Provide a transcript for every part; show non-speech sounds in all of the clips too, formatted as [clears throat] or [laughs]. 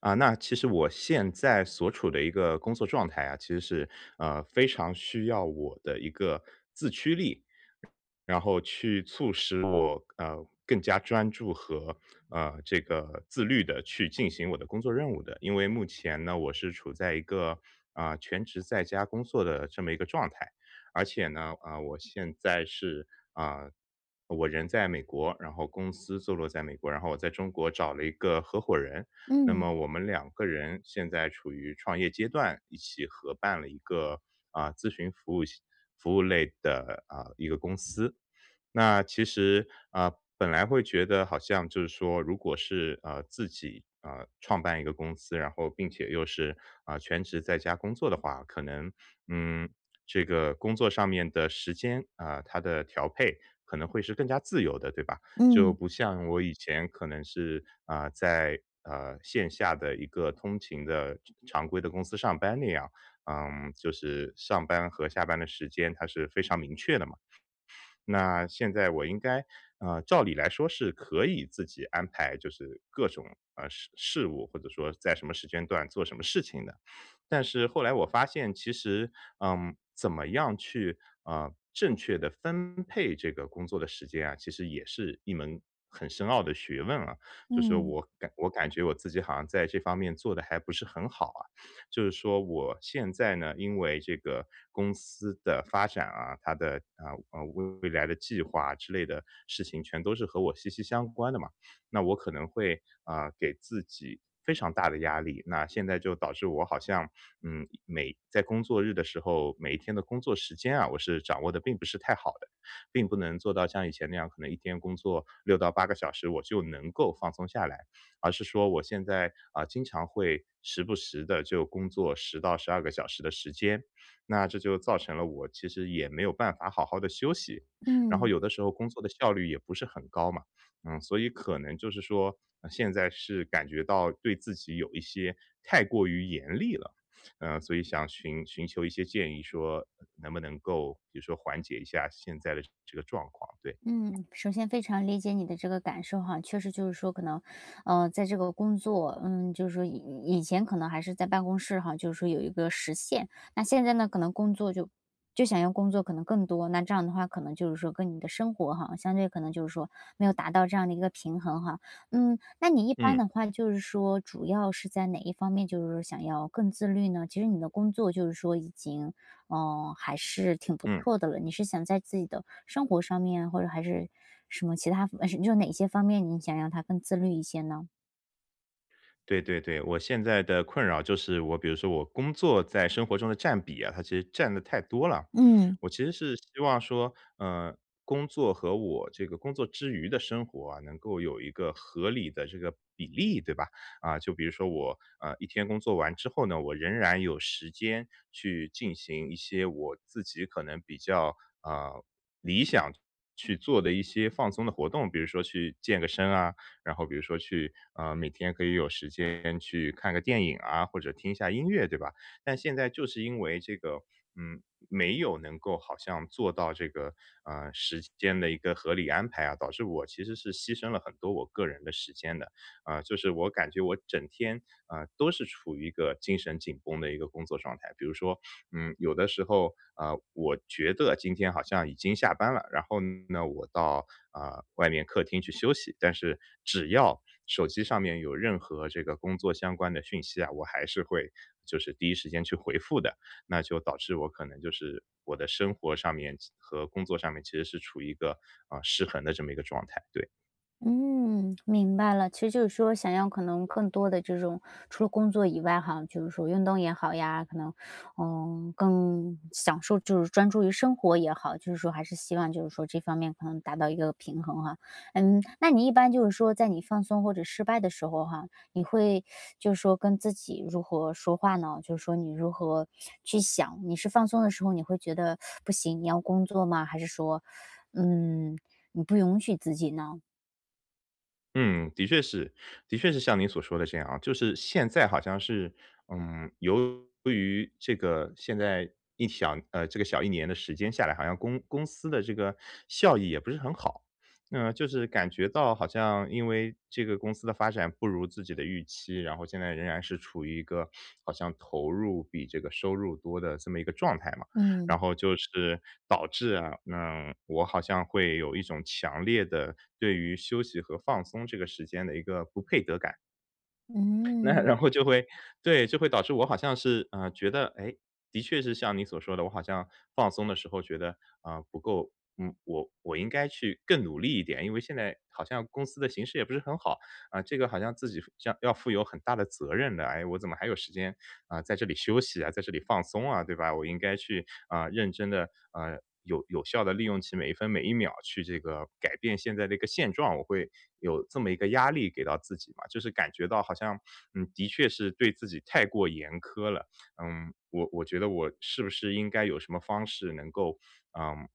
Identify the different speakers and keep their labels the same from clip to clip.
Speaker 1: 那其实我现在所处的一个工作状态啊，其实是，非常需要我的一个自驱力，然后去促使我，更加专注和，这个自律的去进行我的工作任务的。因为目前呢，我是处在一个，全职在家工作的这么一个状态，而且呢，我现在是，啊，我人在美国，然后公司坐落在美国，然后我在中国找了一个合伙人，那
Speaker 2: 嗯
Speaker 1: 么我们两个人现在处于创业阶段，一起合办了一个咨询服务服务类的一个公司。那其实，本来会觉得好像就是说，如果是，自己，创办一个公司，然后并且又是，全职在家工作的话，可能，嗯，这个工作上面的时间，它的调配可能会是更加自由的，对吧？就
Speaker 2: 嗯
Speaker 1: 不像我以前可能是，在，线下的一个通勤的常规的公司上班那样，嗯，就是上班和下班的时间它是非常明确的嘛。那现在我应该照理来说是可以自己安排，就是各种，事务，或者说在什么时间段做什么事情的。但是后来我发现其实，嗯，怎么样去，正确的分配这个工作的时间啊，其实也是一门很深奥的学问啊。就是
Speaker 2: 嗯
Speaker 1: 我感觉我自己好像在这方面做的还不是很好啊。就是说我现在呢，因为这个公司的发展啊，它的未来的计划之类的事情，全都是和我息息相关的嘛。那我可能会给自己非常大的压力。那现在就导致我好像每在工作日的时候，每一天的工作时间啊，我是掌握的并不是太好的，并不能做到像以前那样，可能一天工作6到8个小时，我就能够放松下来。而是说我现在经常会时不时的就工作10到12个小时的时间，那这就造成了我其实也没有办法好好的休息，然后
Speaker 2: 嗯
Speaker 1: 有的时候工作的效率也不是很高嘛。嗯，所以可能就是说、现在是感觉到对自己有一些太过于严厉了。嗯，所以想寻求一些建议，说能不能够，比如说缓解一下现在的这个状况。对。
Speaker 2: 嗯，首先非常理解你的这个感受哈。确实就是说可能，在这个工作，嗯，就是说以前可能还是在办公室哈，就是说有一个时限。那现在呢，可能工作就想要工作可能更多，那这样的话，可能就是说跟你的生活哈，相对可能就是说没有达到这样的一个平衡哈。嗯，那你一般
Speaker 1: 嗯
Speaker 2: 的话就是说主要是在哪一方面，就是说想要更自律呢？其实你的工作就是说已经嗯，还是挺不
Speaker 1: 嗯。
Speaker 2: 错的了。你是想在自己的生活上面，或者还是什么其他，就哪些方面你想让他更自律一些呢？
Speaker 1: 对对对，我现在的困扰就是我比如说我工作在生活中的占比啊，它其实占的太多了。
Speaker 2: 嗯。
Speaker 1: 我其实是希望说，工作和我这个工作之余的生活啊，能够有一个合理的这个比例，对吧？就比如说我，一天工作完之后呢，我仍然有时间去进行一些我自己可能比较，啊理想去做的一些放松的活动，比如说去健个身啊，然后比如说去每天可以有时间去看个电影啊，或者听一下音乐，对吧？但现在就是因为这个，嗯，没有能够好像做到这个，时间的一个合理安排啊，导致我其实是牺牲了很多我个人的时间的。就是我感觉我整天啊，都是处于一个精神紧绷的一个工作状态。比如说，嗯，有的时候，我觉得今天好像已经下班了，然后呢，我到，外面客厅去休息，但是只要手机上面有任何这个工作相关的讯息啊，我还是会就是第一时间去回复的。那就导致我可能就是我的生活上面和工作上面其实是处于一个，失衡的这么一个状态，对。
Speaker 2: 嗯，明白了。其实就是说，想要可能更多的这种，除了工作以外哈，就是说运动也好呀，可能，嗯，更享受就是专注于生活也好，就是说还是希望就是说这方面可能达到一个平衡哈。嗯，那你一般就是说在你放松或者失败的时候哈，你会就是说跟自己如何说话呢？就是说你如何去想，你是放松的时候你会觉得不行，你要工作吗？还是说，嗯，你不允许自己呢？
Speaker 1: 嗯，的确是，的确是像您所说的这样啊，就是现在好像是，嗯，由于这个现在这个小一年的时间下来，好像公司的这个效益也不是很好。那就是感觉到好像因为这个公司的发展不如自己的预期，然后现在仍然是处于一个好像投入比这个收入多的这么一个状态嘛。
Speaker 2: 嗯，
Speaker 1: 然后就是导致啊，那我好像会有一种强烈的对于休息和放松这个时间的一个不配得感。[laughs] 那
Speaker 2: 嗯。
Speaker 1: 然后就会对，就会导致我好像是，觉得，哎，的确是像你所说的，我好像放松的时候觉得，不够我应该去更努力一点，因为现在好像公司的形势也不是很好，这个好像自己要负有很大的责任的。哎，我怎么还有时间，在这里休息啊，在这里放松啊，对吧？我应该去认真的啊，有效的利用起每一分每一秒去这个改变现在的一个现状，我会有这么一个压力给到自己嘛。就是感觉到好像，嗯，的确是对自己太过严苛了。嗯，我觉得我是不是应该有什么方式能够嗯，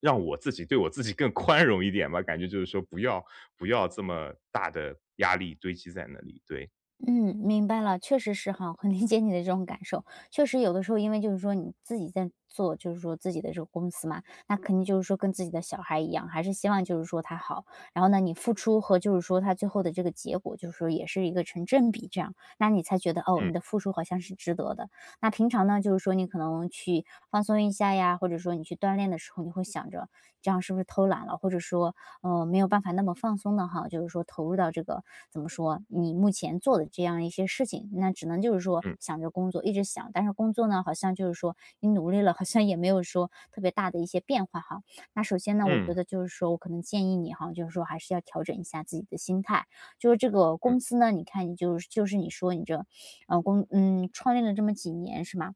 Speaker 1: 让我自己对我自己更 [laughs] 宽容一点吧，感觉就是说不要这么大的压力堆积在那里，对。
Speaker 2: 嗯，明白了，确实是哈，很理解你的这种感受。确实有的时候因为就是说你自己在做，就是说自己的这个公司嘛，那肯定就是说跟自己的小孩一样，还是希望就是说他好。然后呢，你付出和就是说他最后的这个结果，就是说也是一个成正比这样，那你才觉得哦，
Speaker 1: 嗯，
Speaker 2: 你的付出好像是值得的。那平常呢，就是说你可能去放松一下呀，或者说你去锻炼的时候，你会想着这样是不是偷懒了，或者说没有办法那么放松的哈，就是说投入到这个怎么说，你目前做的这样一些事情，那只能就是说
Speaker 1: 嗯，
Speaker 2: 想着工作，一直想，但是工作呢，好像就是说你努力了，好像也没有说特别大的一些变化哈。那首先呢，我
Speaker 1: 嗯，
Speaker 2: 觉得就是说我可能建议你哈，就是说还是要调整一下自己的心态，就是这个
Speaker 1: 嗯，
Speaker 2: 公司呢，你看你就是你说你这，公嗯，创立了这么几年是吗？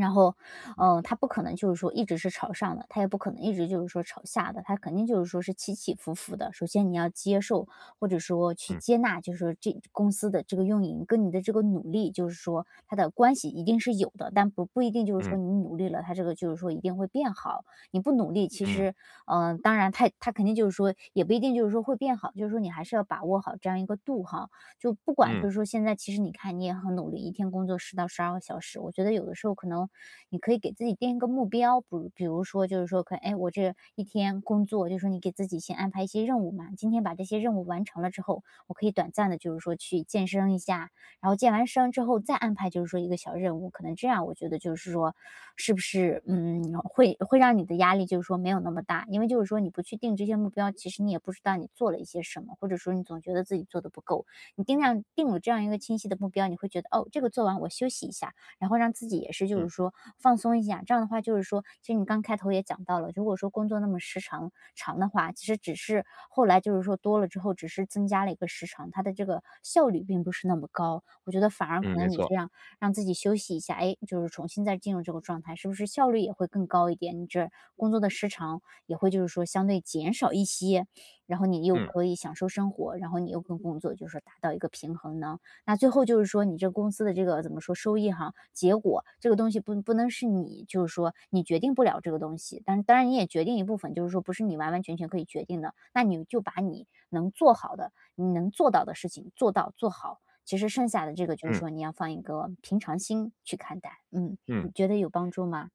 Speaker 2: 然后，嗯，他不可能就是说一直是朝上的，他也不可能一直就是说朝下的，他肯定就是说是起起伏伏的。首先你要接受或者说去
Speaker 1: 嗯，
Speaker 2: 接纳，就是说这公司的这个运营跟你的这个努力，就是说它的关系一定是有的，但不一定就是
Speaker 1: 嗯，
Speaker 2: 说
Speaker 1: 嗯，
Speaker 2: 你努力了，它这个就是说一定会变好。你不努力，其
Speaker 1: 嗯，
Speaker 2: 实，当然他肯定就是说也不一定就是说会变好，就是说你还是要把握好这样一个度哈。就不管就
Speaker 1: 嗯，
Speaker 2: 是说现在其实你看你也很努力，一天工作10到12个小时，我觉得有的时候可能你可以给自己定一个目标，比如说就是说可哎，我这一天工作就是说你给自己先安排一些任务嘛，今天把这些任务完成了之后，我可以短暂的就是说去健身一下，然后健完身之后再安排就是说一个小任务，可能这样我觉得就是说是不是，嗯，会让你的压力就是说没有那么大。因为就是说你不去定这些目标，其实你也不知道你做了一些什么，或者说你总觉得自己做的不够。你定量定了这样一个清晰的目标，你会觉得哦，这个做完我休息一下，然后让自己也是就
Speaker 1: 嗯，
Speaker 2: 是说放松一下。这样的话，就是说，其实你刚开头也讲到了，如果说工作那么时长长的话，其实只是后来就是说多了之后，只是增加了一个时长，它的这个效率并不是那么高。我觉得反而可
Speaker 1: 嗯，没
Speaker 2: 能你
Speaker 1: 错。
Speaker 2: 这样让自己休息一下，哎，就是重新再进入这个状态，是不是效率也会更高一点？你这工作的时长也会就是说相对减少一些。然后你又
Speaker 1: 嗯，
Speaker 2: 可以享受生活，然后你又跟工作就是说达到一个平衡呢？那最后就是说你这公司的这个怎么说收益哈，结果这个东西不能是你就是说你决定不了这个东西，但是当然你也决定一部分，就是说不是你完完全全可以决定的，那你就把你能做好的、你能做到的事情做到做好。其实剩下的这个就是
Speaker 1: 嗯，
Speaker 2: 说你要放一个平常心去看待，嗯，你
Speaker 1: 嗯。
Speaker 2: 觉得有帮助吗？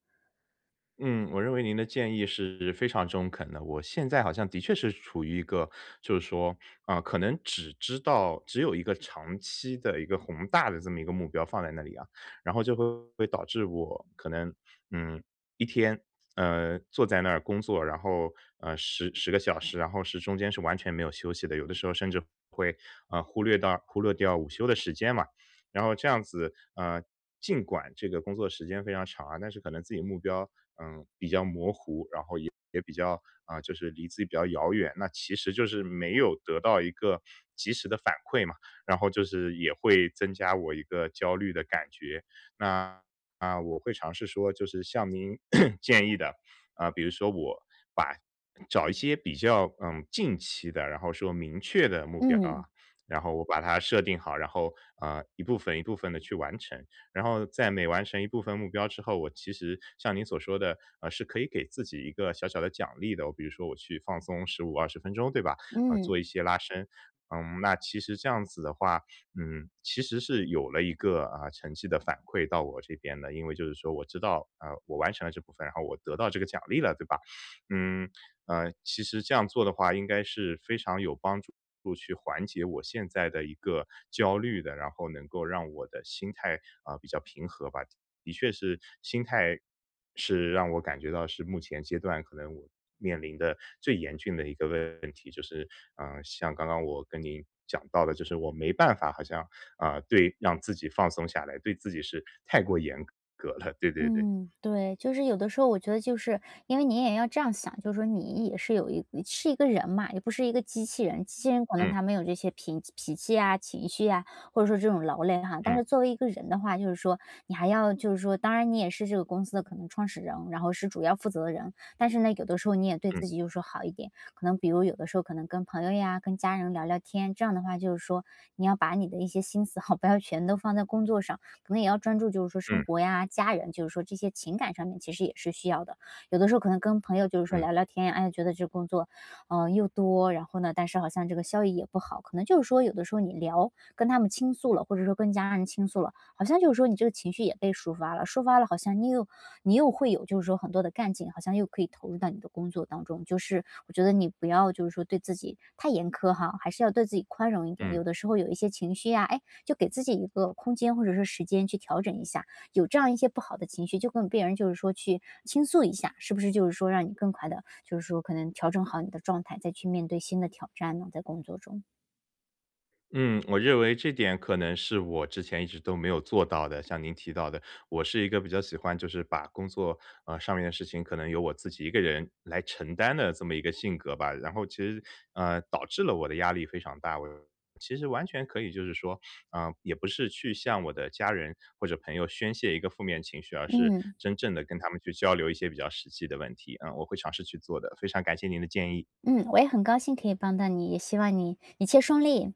Speaker 1: 嗯，我认为您的建议是非常中肯的。我现在好像的确是处于一个，就是说，可能只知道只有一个长期的一个宏大的这么一个目标放在那里啊，然后就会导致我可能，嗯，一天，坐在那儿工作，然后，十个小时，然后是中间是完全没有休息的，有的时候甚至会，忽略掉午休的时间嘛。然后这样子，尽管这个工作时间非常长啊，但是可能自己目标，嗯，比较模糊，然后也比较就是离自己比较遥远。那其实就是没有得到一个及时的反馈嘛，然后就是也会增加我一个焦虑的感觉。那我会尝试说，就是像您 [coughs] [clears throat] 建议的，比如说我把找一些比较近期的，然后说明确的目标啊，
Speaker 2: 嗯
Speaker 1: 然后我把它设定好，然后，一部分一部分的去完成。然后在每完成一部分目标之后，我其实像您所说的，是可以给自己一个小小的奖励的哦。我比如说我去放松15-20分钟，对吧？做
Speaker 2: 嗯。
Speaker 1: 一些拉伸。嗯，那其实这样子的话，嗯，其实是有了一个，成绩的反馈到我这边的。因为就是说我知道，我完成了这部分，然后我得到这个奖励了，对吧？嗯，其实这样做的话应该是非常有帮助去缓解我现在的一个焦虑的，然后能够让我的心态，比较平和吧。的确是心态是让我感觉到是目前阶段可能我面临的最严峻的一个问题，就是嗯，像刚刚我跟您讲到的，就是我没办法好像，对让自己放松下来，对自己是太过严格了，对对对。
Speaker 2: 嗯，对，就是有的时候我觉得就是因为你也要这样想，就是说你也是是一个人嘛，也不是一个机器人。机器人可能
Speaker 1: 嗯，
Speaker 2: 他没有这些脾气啊、情绪啊，或者说这种劳累哈。但
Speaker 1: 嗯，
Speaker 2: 是作为一个人的话，就是说你还要就是说，当然你也是这个公司的可能创始人，然后是主要负责的人。但是呢，有的时候你也对
Speaker 1: 嗯，
Speaker 2: 自己就是说好一点，可能比如有的时候可能跟朋友呀、跟家人聊聊天，这样的话就是说你要把你的一些心思 [laughs] 好，不要全都放在工作上。可能也要专注就是说
Speaker 1: 嗯，
Speaker 2: 生活呀、家人，就是说这些情感上面其实也是需要的。有的时候可能跟朋友就是说
Speaker 1: 嗯，
Speaker 2: 聊聊天呀，哎呀，觉得这工作，嗯，又多，然后呢，但是好像这个效益也不好，可能就是说有的时候你聊跟他们倾诉了，或者说跟家人倾诉了，好像就是说你这个情绪也被抒发了，抒发了好像你又会有就是说很多的干劲，好像又可以投入到你的工作当中。就是我觉得你不要就是说对自己太严苛哈，还是要对自己宽容一点。
Speaker 1: 嗯。
Speaker 2: 有的时候有一些情绪呀、哎，就给自己一个空间或者是时间去调整一下，有这样一些不好的情绪，就跟别人就是说去倾诉一下，是不是就是说让你更快的，就是说可能调整好你的状态，再去面对新的挑战呢？在工作中，
Speaker 1: 嗯，我认为这点可能是我之前一直都没有做到的，像您提到的，我是一个比较喜欢就是把工作，上面的事情可能由我自己一个人来承担的这么一个性格吧，然后其实，导致了我的压力非常大，我其实完全可以就是说，嗯，也不是去向我的家人或者朋友宣泄一个负面情绪，而是
Speaker 2: 嗯
Speaker 1: 真正的跟他们去交流一些比较实际的问题，嗯，我会尝试去做的，非常感谢您的建议。
Speaker 2: 嗯，我也很高兴可以帮到你，也希望你一切顺利。